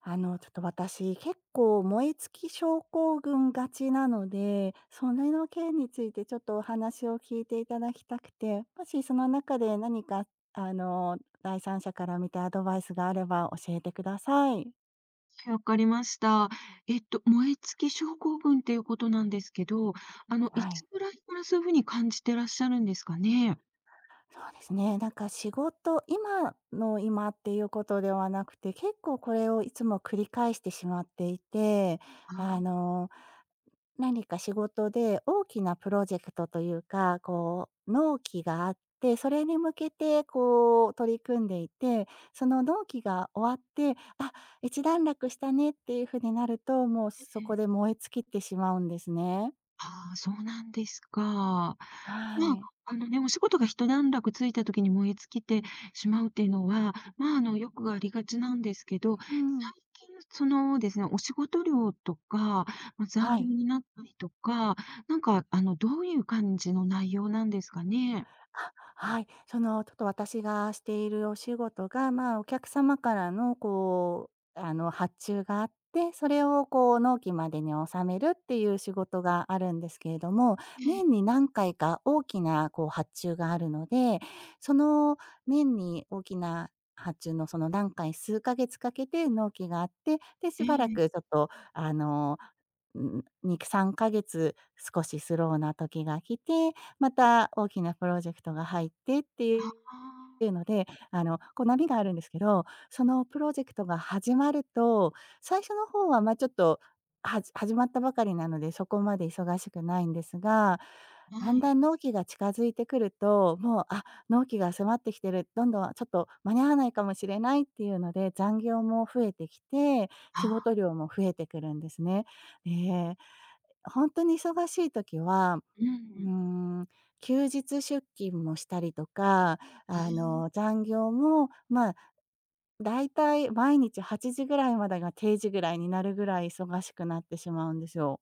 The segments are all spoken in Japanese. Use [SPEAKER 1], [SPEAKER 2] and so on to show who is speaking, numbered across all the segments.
[SPEAKER 1] ちょっと私、結構燃え尽き症候群がちなので、それの件についてちょっとお話を聞いていただきたくて、もしその中で何か、あの、第三者から見てアドバイスがあれば教えてください。
[SPEAKER 2] わかりました。燃え尽き症候群っていうことなんですけど、い
[SPEAKER 1] はい。
[SPEAKER 2] つぐらいからそういうふうに感じてらっしゃるんですかね？
[SPEAKER 1] そうですね。なんか仕事、今の今っていうことではなくて、結構これをいつも繰り返してしまっていて、
[SPEAKER 2] あ
[SPEAKER 1] あ
[SPEAKER 2] あ、
[SPEAKER 1] の何か仕事で大きなプロジェクトというか、こう、納期があって、それに向けてこう取り組んでいて、その納期が終わって、一段落したねっていう風になると、もう
[SPEAKER 2] え
[SPEAKER 1] そこで
[SPEAKER 2] え。
[SPEAKER 1] 燃え尽きてしまうんですね。
[SPEAKER 2] ああ、そうなんですか。まあ、
[SPEAKER 1] はい。
[SPEAKER 2] あのね、お仕事が一段落ついた時に燃え尽きてしまうっていうのは、まあ、よくありがちなんですけど、最
[SPEAKER 1] うん。
[SPEAKER 2] 近、そのですね、お仕事量とか、まあ、残
[SPEAKER 1] は
[SPEAKER 2] 業
[SPEAKER 1] い。
[SPEAKER 2] になったりとか、なんか、どういう感じの内容なんですかね？
[SPEAKER 1] あ、はい。その、ちょっと私がしているお仕事が、まあ、お客様からのこう、発注があって、それをこう、納期までに納めるっていう仕事があるんですけれども、
[SPEAKER 2] ええ、
[SPEAKER 1] 年に何回か大きなこう、発注があるので、その年に大きな発注のその何回、数ヶ月かけて納期があって、で、し
[SPEAKER 2] え
[SPEAKER 1] ばら
[SPEAKER 2] え、
[SPEAKER 1] くちょっと、に3ヶ月少しスローな時が来て、また大きなプロジェクトが入ってって
[SPEAKER 2] あ
[SPEAKER 1] いう
[SPEAKER 2] あ。
[SPEAKER 1] ので、こう波があるんですけど、そのプロジェクトが始まると、最初の方は、ま、ちょっと、始まったばかりなので、そこまで忙しくないんですが、だ
[SPEAKER 2] は
[SPEAKER 1] んだ
[SPEAKER 2] い。
[SPEAKER 1] ん納期が近づいてくると、もう、納期が迫ってきてる、どんどんちょっと間に合わないかもしれないっていうので、残業も増えてきて、仕
[SPEAKER 2] あ、
[SPEAKER 1] 事量も増えてくるんですね。ええ、本当に忙しい時は、
[SPEAKER 2] う
[SPEAKER 1] うー
[SPEAKER 2] ん。
[SPEAKER 1] ん、休日出勤もしたりとか、
[SPEAKER 2] うん。
[SPEAKER 1] 残業も、まあ、だいたい毎日8時ぐらいまでが定時ぐらいになるぐらい忙しくなってしまうんですよ。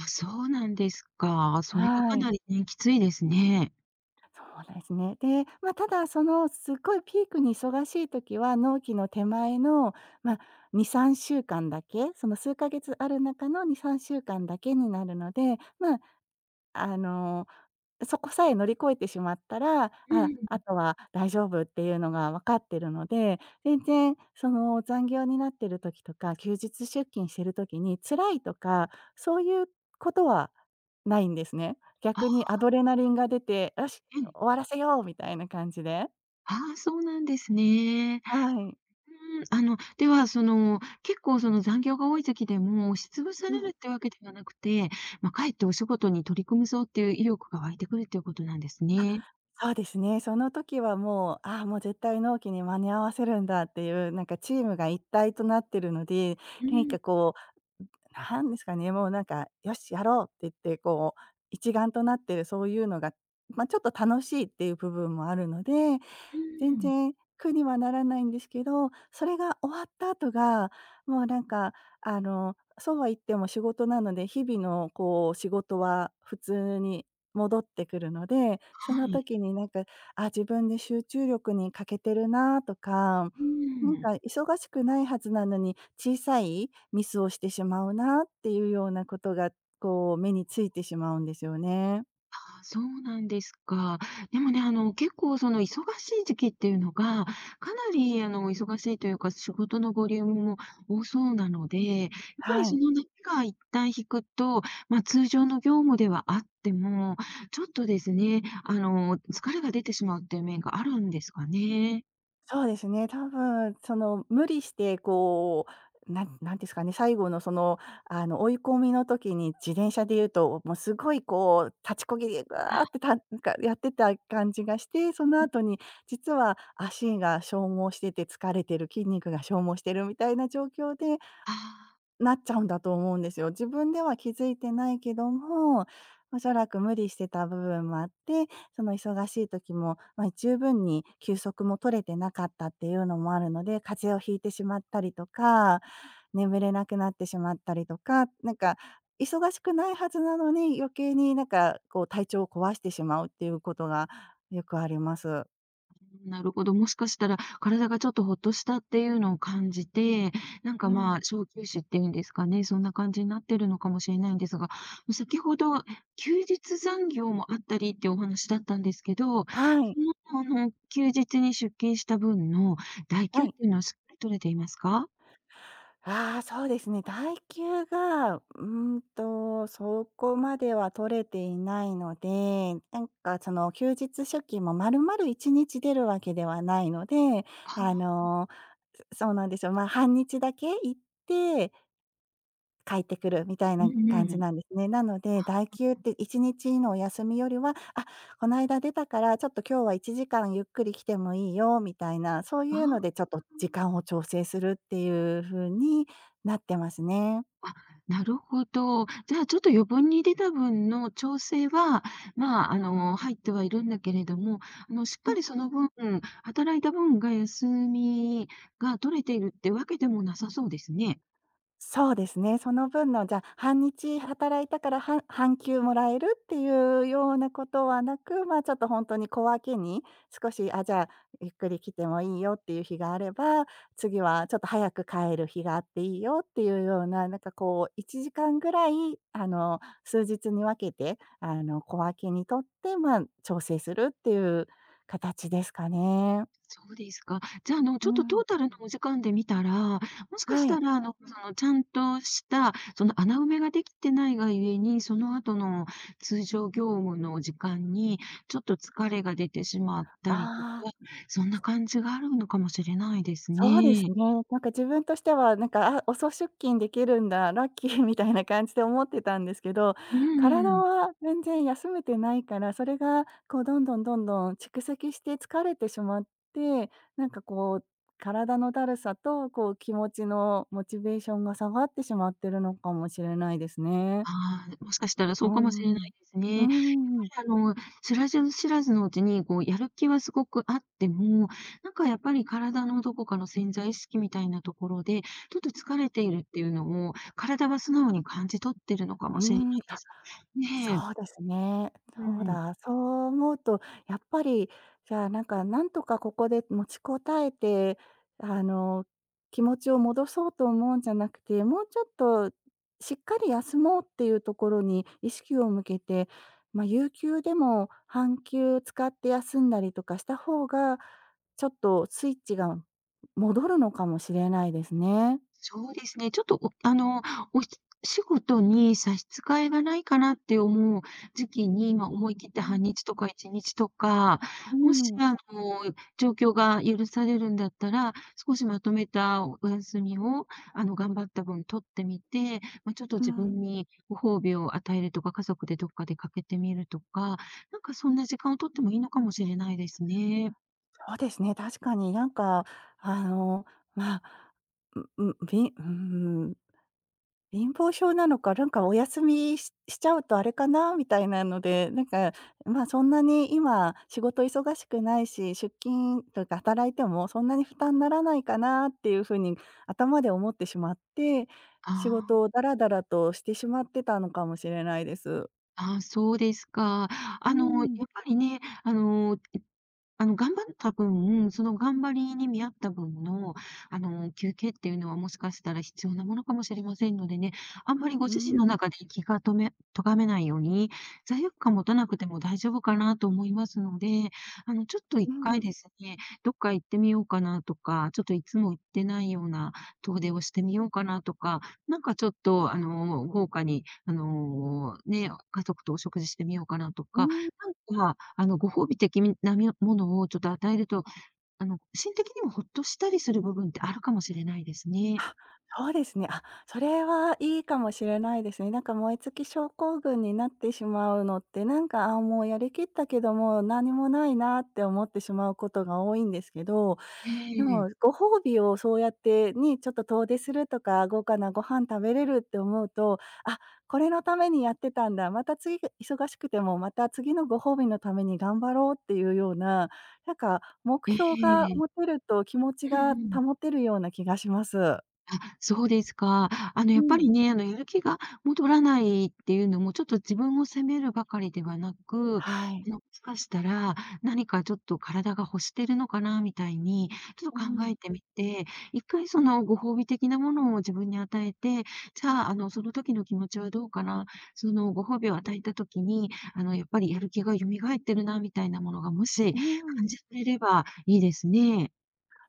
[SPEAKER 2] あ、そうなんですか。それは
[SPEAKER 1] は
[SPEAKER 2] か
[SPEAKER 1] い。
[SPEAKER 2] なりね、きついですね。
[SPEAKER 1] そうですね。で、まあ、ただ、その、すっごいピークに忙しい時は、納期の手前の、まあ、2、3週間だけ、その数ヶ月ある中の2、3週間だけになるので、まああの、そこさえ乗り越えてしまったら、
[SPEAKER 2] う
[SPEAKER 1] あ
[SPEAKER 2] ん。
[SPEAKER 1] とは大丈夫っていうのが分かってるので、全然その残業になってる時とか、休日出勤してる時に辛いとか、そういうことはないんですね。
[SPEAKER 2] あ、
[SPEAKER 1] 逆にアドレナリンが出て、よし、
[SPEAKER 2] うん。
[SPEAKER 1] 終わらせようみたいな感じで。
[SPEAKER 2] ああ、そうなんですね。
[SPEAKER 1] はい。
[SPEAKER 2] うん、では、その、結構その残業が多い時でも、押しつぶさ
[SPEAKER 1] う
[SPEAKER 2] れる
[SPEAKER 1] ん。
[SPEAKER 2] ってわけではなくて、まあ、かえってお仕事に取り組むぞっていう意欲が湧いてくるっていうことなんですね。
[SPEAKER 1] そうですね。その時はもう、もう絶対納期に間に合わせるんだっていう、なんかチームが一体となってるので、
[SPEAKER 2] う
[SPEAKER 1] 何
[SPEAKER 2] ん、う
[SPEAKER 1] かこうなんですかね、もうなんか、よし、やろうって言って、こう、一丸となってるそういうのが、まあ、ちょっと楽しいっていう部分もあるので、全
[SPEAKER 2] ん。
[SPEAKER 1] 然苦にはならないんですけど、それが終わった後が、もうなんか、そうは言っても仕事なので、日々のこう仕事は普通に戻ってくるので、そ
[SPEAKER 2] は
[SPEAKER 1] の
[SPEAKER 2] い。
[SPEAKER 1] 時になんか、自分で集中力に欠けてるなとか、
[SPEAKER 2] う
[SPEAKER 1] なん
[SPEAKER 2] ん。
[SPEAKER 1] か忙しくないはずなのに、小さいミスをしてしまうなっていうようなことが、こう目についてしまうんですよね。
[SPEAKER 2] そうなんですか。でもね、結構その忙しい時期っていうのが、かなり忙しいというか、仕事のボリュームも多そうなので、やっぱり
[SPEAKER 1] はい。
[SPEAKER 2] その波が一旦引くと、まあ、通常の業務ではあっても、ちょっとですね、疲れが出てしまうっていう面があるんですかね？
[SPEAKER 1] そうですね、多分その無理してこう、なんなんですかね、最後のその、追い込みの時に自転車で言うと、もうすごいこう立ちこぎでぐわー
[SPEAKER 2] あ、
[SPEAKER 1] ってたなんかやってた感じがして、その
[SPEAKER 2] うん、
[SPEAKER 1] 後に実は足が消耗してて疲れてる、筋肉が消耗してるみたいな状況で
[SPEAKER 2] ああ。
[SPEAKER 1] なっちゃうんだと思うんですよ。自分では気づいてないけども、おそらく無理してた部分もあって、その忙しい時も、まあ、十分に休息も取れてなかったっていうのもあるので、風邪をひいてしまったりとか、眠れなくなってしまったりとか、なんか忙しくないはずなのに、余計になんかこう体調を壊してしまうっていうことがよくあります。
[SPEAKER 2] なるほど。もしかしたら、体がちょっとほっとしたっていうのを感じて、なん
[SPEAKER 1] う
[SPEAKER 2] か、ま
[SPEAKER 1] ん。
[SPEAKER 2] あ、小休止っていうんですかね、そんな感じになってるのかもしれないんですが、先ほど休日残業もあったりってお話だったんですけど、そ
[SPEAKER 1] はい。
[SPEAKER 2] の、休日に出勤した分の代
[SPEAKER 1] は
[SPEAKER 2] 休っ
[SPEAKER 1] い。
[SPEAKER 2] ていうのはしっかり取れていますか？
[SPEAKER 1] ああ、そうですね。代給が、そこまでは取れていないので、なんかその休日出勤も丸々1日出るわけではないので、あ
[SPEAKER 2] ああ
[SPEAKER 1] の、そうなんですよ。まあ、半日だけ行って帰ってくるみたい
[SPEAKER 2] ー、う
[SPEAKER 1] な
[SPEAKER 2] ん
[SPEAKER 1] 感
[SPEAKER 2] う
[SPEAKER 1] じ
[SPEAKER 2] ん。
[SPEAKER 1] なんですね。なので、代休って1日のお休みよりは、この間出たから、ちょっと今日は1時間ゆっくり来てもいいよみたいな、そう
[SPEAKER 2] あ
[SPEAKER 1] いうのでちょ
[SPEAKER 2] あ。
[SPEAKER 1] っと時間を調整するっていう風になってますね。
[SPEAKER 2] なるほど。じゃあ、ちょっと余分に出た分の調整は、まあ、入ってはいるんだけれども、しっかりその分、働いた分が休みが取れているってわけでもなさそうですね。
[SPEAKER 1] そうですね。その分のじゃ、半日働いたから、半休もらえるっていうようなことはなく、まあ、ちょっと本当に小分けに、少し、じゃあ、ゆっくり来てもいいよっていう日があれば、次はちょっと早く帰る日があっていいよっていうような、なんかこう1時間ぐらい、あの、数日に分けて、小分けにとって、まあ、調整するっていう形ですかね。
[SPEAKER 2] そうですか。じゃあ、
[SPEAKER 1] う
[SPEAKER 2] ちょっとト
[SPEAKER 1] ん。
[SPEAKER 2] ータルのお時間で見たら、もしか
[SPEAKER 1] は
[SPEAKER 2] し
[SPEAKER 1] い。
[SPEAKER 2] たら、その、ちゃんとした、その、穴埋めができてないがゆえに、その後の通常業務の時間に、ちょっと疲れが出てしまったりと
[SPEAKER 1] あ
[SPEAKER 2] か、
[SPEAKER 1] あ。
[SPEAKER 2] そんな感じがあるのかもしれないです
[SPEAKER 1] そうです
[SPEAKER 2] ね。
[SPEAKER 1] ね。なんか自分としては、なんか、遅出勤できるんだ、ラッキーみたいな感じで思ってたんですけど、
[SPEAKER 2] う
[SPEAKER 1] 体
[SPEAKER 2] ん。
[SPEAKER 1] は全然休めてないから、それがこうどんどんどんどん蓄積して疲れてしまって、なんかこう、体のだるさと、こう気持ちのモチベーションが下がってしまってるのかもしれないですね。
[SPEAKER 2] ああ、もしかしたらそ
[SPEAKER 1] う
[SPEAKER 2] うか
[SPEAKER 1] ん
[SPEAKER 2] も
[SPEAKER 1] う
[SPEAKER 2] しれな
[SPEAKER 1] ん
[SPEAKER 2] いです
[SPEAKER 1] う
[SPEAKER 2] ね。やっぱ
[SPEAKER 1] ん。うーん。
[SPEAKER 2] り知らず知らずのうちに、こうやる気はすごくあっても、なんかやっぱり体のどこかの潜在意識みたいなところで、ちょっと疲れているっていうのを、体は素直に感じ取ってるのか
[SPEAKER 1] うー
[SPEAKER 2] もしれない
[SPEAKER 1] ん、
[SPEAKER 2] で
[SPEAKER 1] あ、
[SPEAKER 2] す。
[SPEAKER 1] そ
[SPEAKER 2] ね
[SPEAKER 1] う
[SPEAKER 2] え、
[SPEAKER 1] ですね。
[SPEAKER 2] う
[SPEAKER 1] そう
[SPEAKER 2] ん。
[SPEAKER 1] だ、そう思うと、やっぱり、じゃあ、なんか、なんとかここで持ちこたえて、あの、気持ちを戻そうと思うんじゃなくて、もうちょっとしっかり休もうっていうところに意識を向けて、まあ、有給でも半休使って休んだりとかした方が、ちょっとスイッチが戻るのかもしれないですね。
[SPEAKER 2] そうですね、ちょっと、おあの、お仕事に差し支えがないかなって思う時期に、まあ、思い切って
[SPEAKER 1] う
[SPEAKER 2] 半
[SPEAKER 1] ん。
[SPEAKER 2] 日とか1日とか、
[SPEAKER 1] う
[SPEAKER 2] もし、
[SPEAKER 1] ん、
[SPEAKER 2] 状況が許されるんだったら、少しまとめたお休みを、頑張った分取ってみて、まあ、ちょっと
[SPEAKER 1] う
[SPEAKER 2] 自
[SPEAKER 1] ん。
[SPEAKER 2] 分にご褒美を与えるとか、家族でどっか出かけてみるとか、なんかそんな時間を取ってもいいのかもしれないですね。
[SPEAKER 1] そうですね、確かになんか、あの、まあ、んびうーん、貧乏症なのか、なんかお休みしちゃうとあれかなみたいなので、なんか、ま、そんなに今仕事忙しくないし、出勤というか働いてもそんなに負担にならないかなっていう風に頭で思ってしまって、仕事
[SPEAKER 2] あ
[SPEAKER 1] をダラダラとしてしまってたのかもしれないです。
[SPEAKER 2] ああー、そうですか。
[SPEAKER 1] う
[SPEAKER 2] やっ
[SPEAKER 1] ん。
[SPEAKER 2] ぱりね、あの、頑張った分、その頑張りに見合った分の、休憩っていうのはもしかしたら必要なものかもしれませんのでね、あんまりご
[SPEAKER 1] う
[SPEAKER 2] 自身の
[SPEAKER 1] ん、
[SPEAKER 2] 中で気がとめ、とがめないように、罪悪感持たなくても大丈夫かなと思いますので、ちょっと一
[SPEAKER 1] う
[SPEAKER 2] 回
[SPEAKER 1] ん、
[SPEAKER 2] ですね、どっか行ってみようかなとか、ちょっといつも行ってないような遠出をしてみようかなとか、なんかちょっと、豪華に、ね、家族とお食事してみようかなと
[SPEAKER 1] う
[SPEAKER 2] か、
[SPEAKER 1] ん。
[SPEAKER 2] なんか、ご褒美的みなみものをちょっと与えると、心的にもほっとしたりする部分ってあるかもしれないですね。
[SPEAKER 1] そうですね。あ、それはいいかもしれないですね。なんか燃え尽き症候群になってしまうのって、なんか、もうやりきったけども、何もないなって思ってしまうことが多いんですけど、
[SPEAKER 2] え
[SPEAKER 1] で
[SPEAKER 2] え、
[SPEAKER 1] もご褒美をそうやってにちょっと遠出するとか、豪華なご飯食べれるって思うと、あ、これのためにやってたんだ、また次が忙しくても、また次のご褒美のために頑張ろうっていうような、なんか目
[SPEAKER 2] え
[SPEAKER 1] 標が
[SPEAKER 2] え。
[SPEAKER 1] 持てると気持ち
[SPEAKER 2] うんう
[SPEAKER 1] が
[SPEAKER 2] ん。
[SPEAKER 1] 保てるような気がします。
[SPEAKER 2] あ、そうですか。
[SPEAKER 1] う
[SPEAKER 2] やっぱ
[SPEAKER 1] ん。
[SPEAKER 2] りね、やる気が戻らないっていうのも、ちょっと自分を責めるばかりではなく、
[SPEAKER 1] はい。
[SPEAKER 2] もしかしたら、何かちょっと体が欲してるのかなみたいに、ちょっと
[SPEAKER 1] う
[SPEAKER 2] 考
[SPEAKER 1] ん。
[SPEAKER 2] えてみて、一回そのご褒美的なものを自分に与えて、じゃあ、その時の気持ちはどうかな、そのご褒美を与えた時に、やっぱりやる気が蘇ってるなみたいなものが、もし
[SPEAKER 1] うん、
[SPEAKER 2] 感じられればいいですね。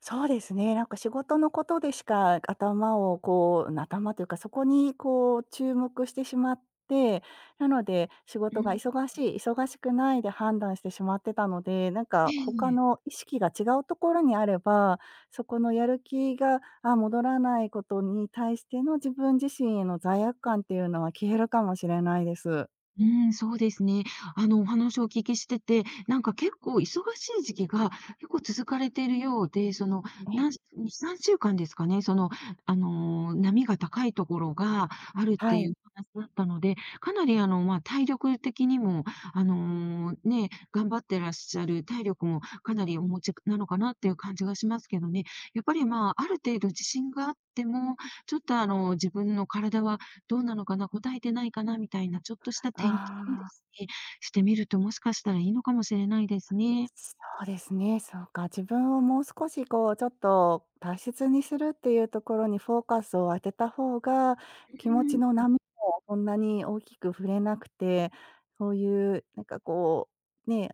[SPEAKER 1] そうですね。なんか仕事のことでしか頭をこう頭というか、そこにこう注目してしまって、なので、仕
[SPEAKER 2] う
[SPEAKER 1] 事が
[SPEAKER 2] ん、
[SPEAKER 1] 忙しい、忙しくないで判断してしまってたので、なん
[SPEAKER 2] え
[SPEAKER 1] か他
[SPEAKER 2] え。
[SPEAKER 1] の意識が違うところにあれば、そこのやる気が、戻らないことに対しての自分自身への罪悪感っていうのは消えるかもしれないです。
[SPEAKER 2] うん、そうですね。お話をお聞きしてて、なんか結構忙しい時期が結構続かれているようで、その、
[SPEAKER 1] ええ。
[SPEAKER 2] なん2、3週間ですかね、その、波が高いところがあるって
[SPEAKER 1] は
[SPEAKER 2] い
[SPEAKER 1] い。
[SPEAKER 2] うお話だったので、かなりまあ、体力的にも、ね、頑張ってらっしゃる体力もかなりお持ちなのかなっていう感じがしますけどね。やっぱり、まあ、ある程度自信があっても、ちょっと自分の体はどうなのかな、答えてないかなみたいなちょっとした点検をで
[SPEAKER 1] ああ。
[SPEAKER 2] すね、してみると、もしかしたらいいのかもしれないですね。
[SPEAKER 1] そうですね、そうか、自分をもう少しこうちょっと大切にするっていうところにフォーカスを当てた方が、気持ちの波もそんなに大きく振れなくて、そういうなんかこう、ね、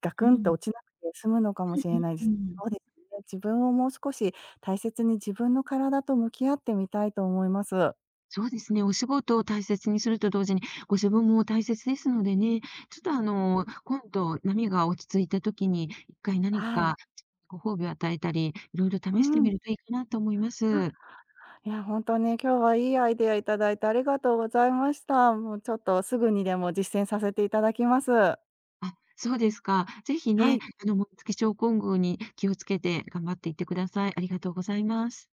[SPEAKER 1] ガ
[SPEAKER 2] う
[SPEAKER 1] クンと
[SPEAKER 2] ん。
[SPEAKER 1] 落ちなくて済むのかもしれないで
[SPEAKER 2] う
[SPEAKER 1] す。
[SPEAKER 2] ん。
[SPEAKER 1] そうですね、自分をもう少し大切に自分の体と向き合ってみたいと思います。
[SPEAKER 2] そうですね、お仕事を大切にすると同時に、ご自分も大切ですのでね、ちょっと今度波が落ち着いた時に、一回何
[SPEAKER 1] はい。
[SPEAKER 2] かご褒美を与えたり、いろいろ
[SPEAKER 1] う
[SPEAKER 2] 試してみ
[SPEAKER 1] ん。
[SPEAKER 2] るといいかなと思いま
[SPEAKER 1] あ
[SPEAKER 2] す。
[SPEAKER 1] いや、本当に今日はいいアイデアいただいてありがとうございました。もうちょっとすぐにでも実践させていただきます。
[SPEAKER 2] あ、そうですか。ぜひ
[SPEAKER 1] は
[SPEAKER 2] ね、
[SPEAKER 1] い。
[SPEAKER 2] 紋付き症候群に気をつけて頑張っていってください。ありがとうございます。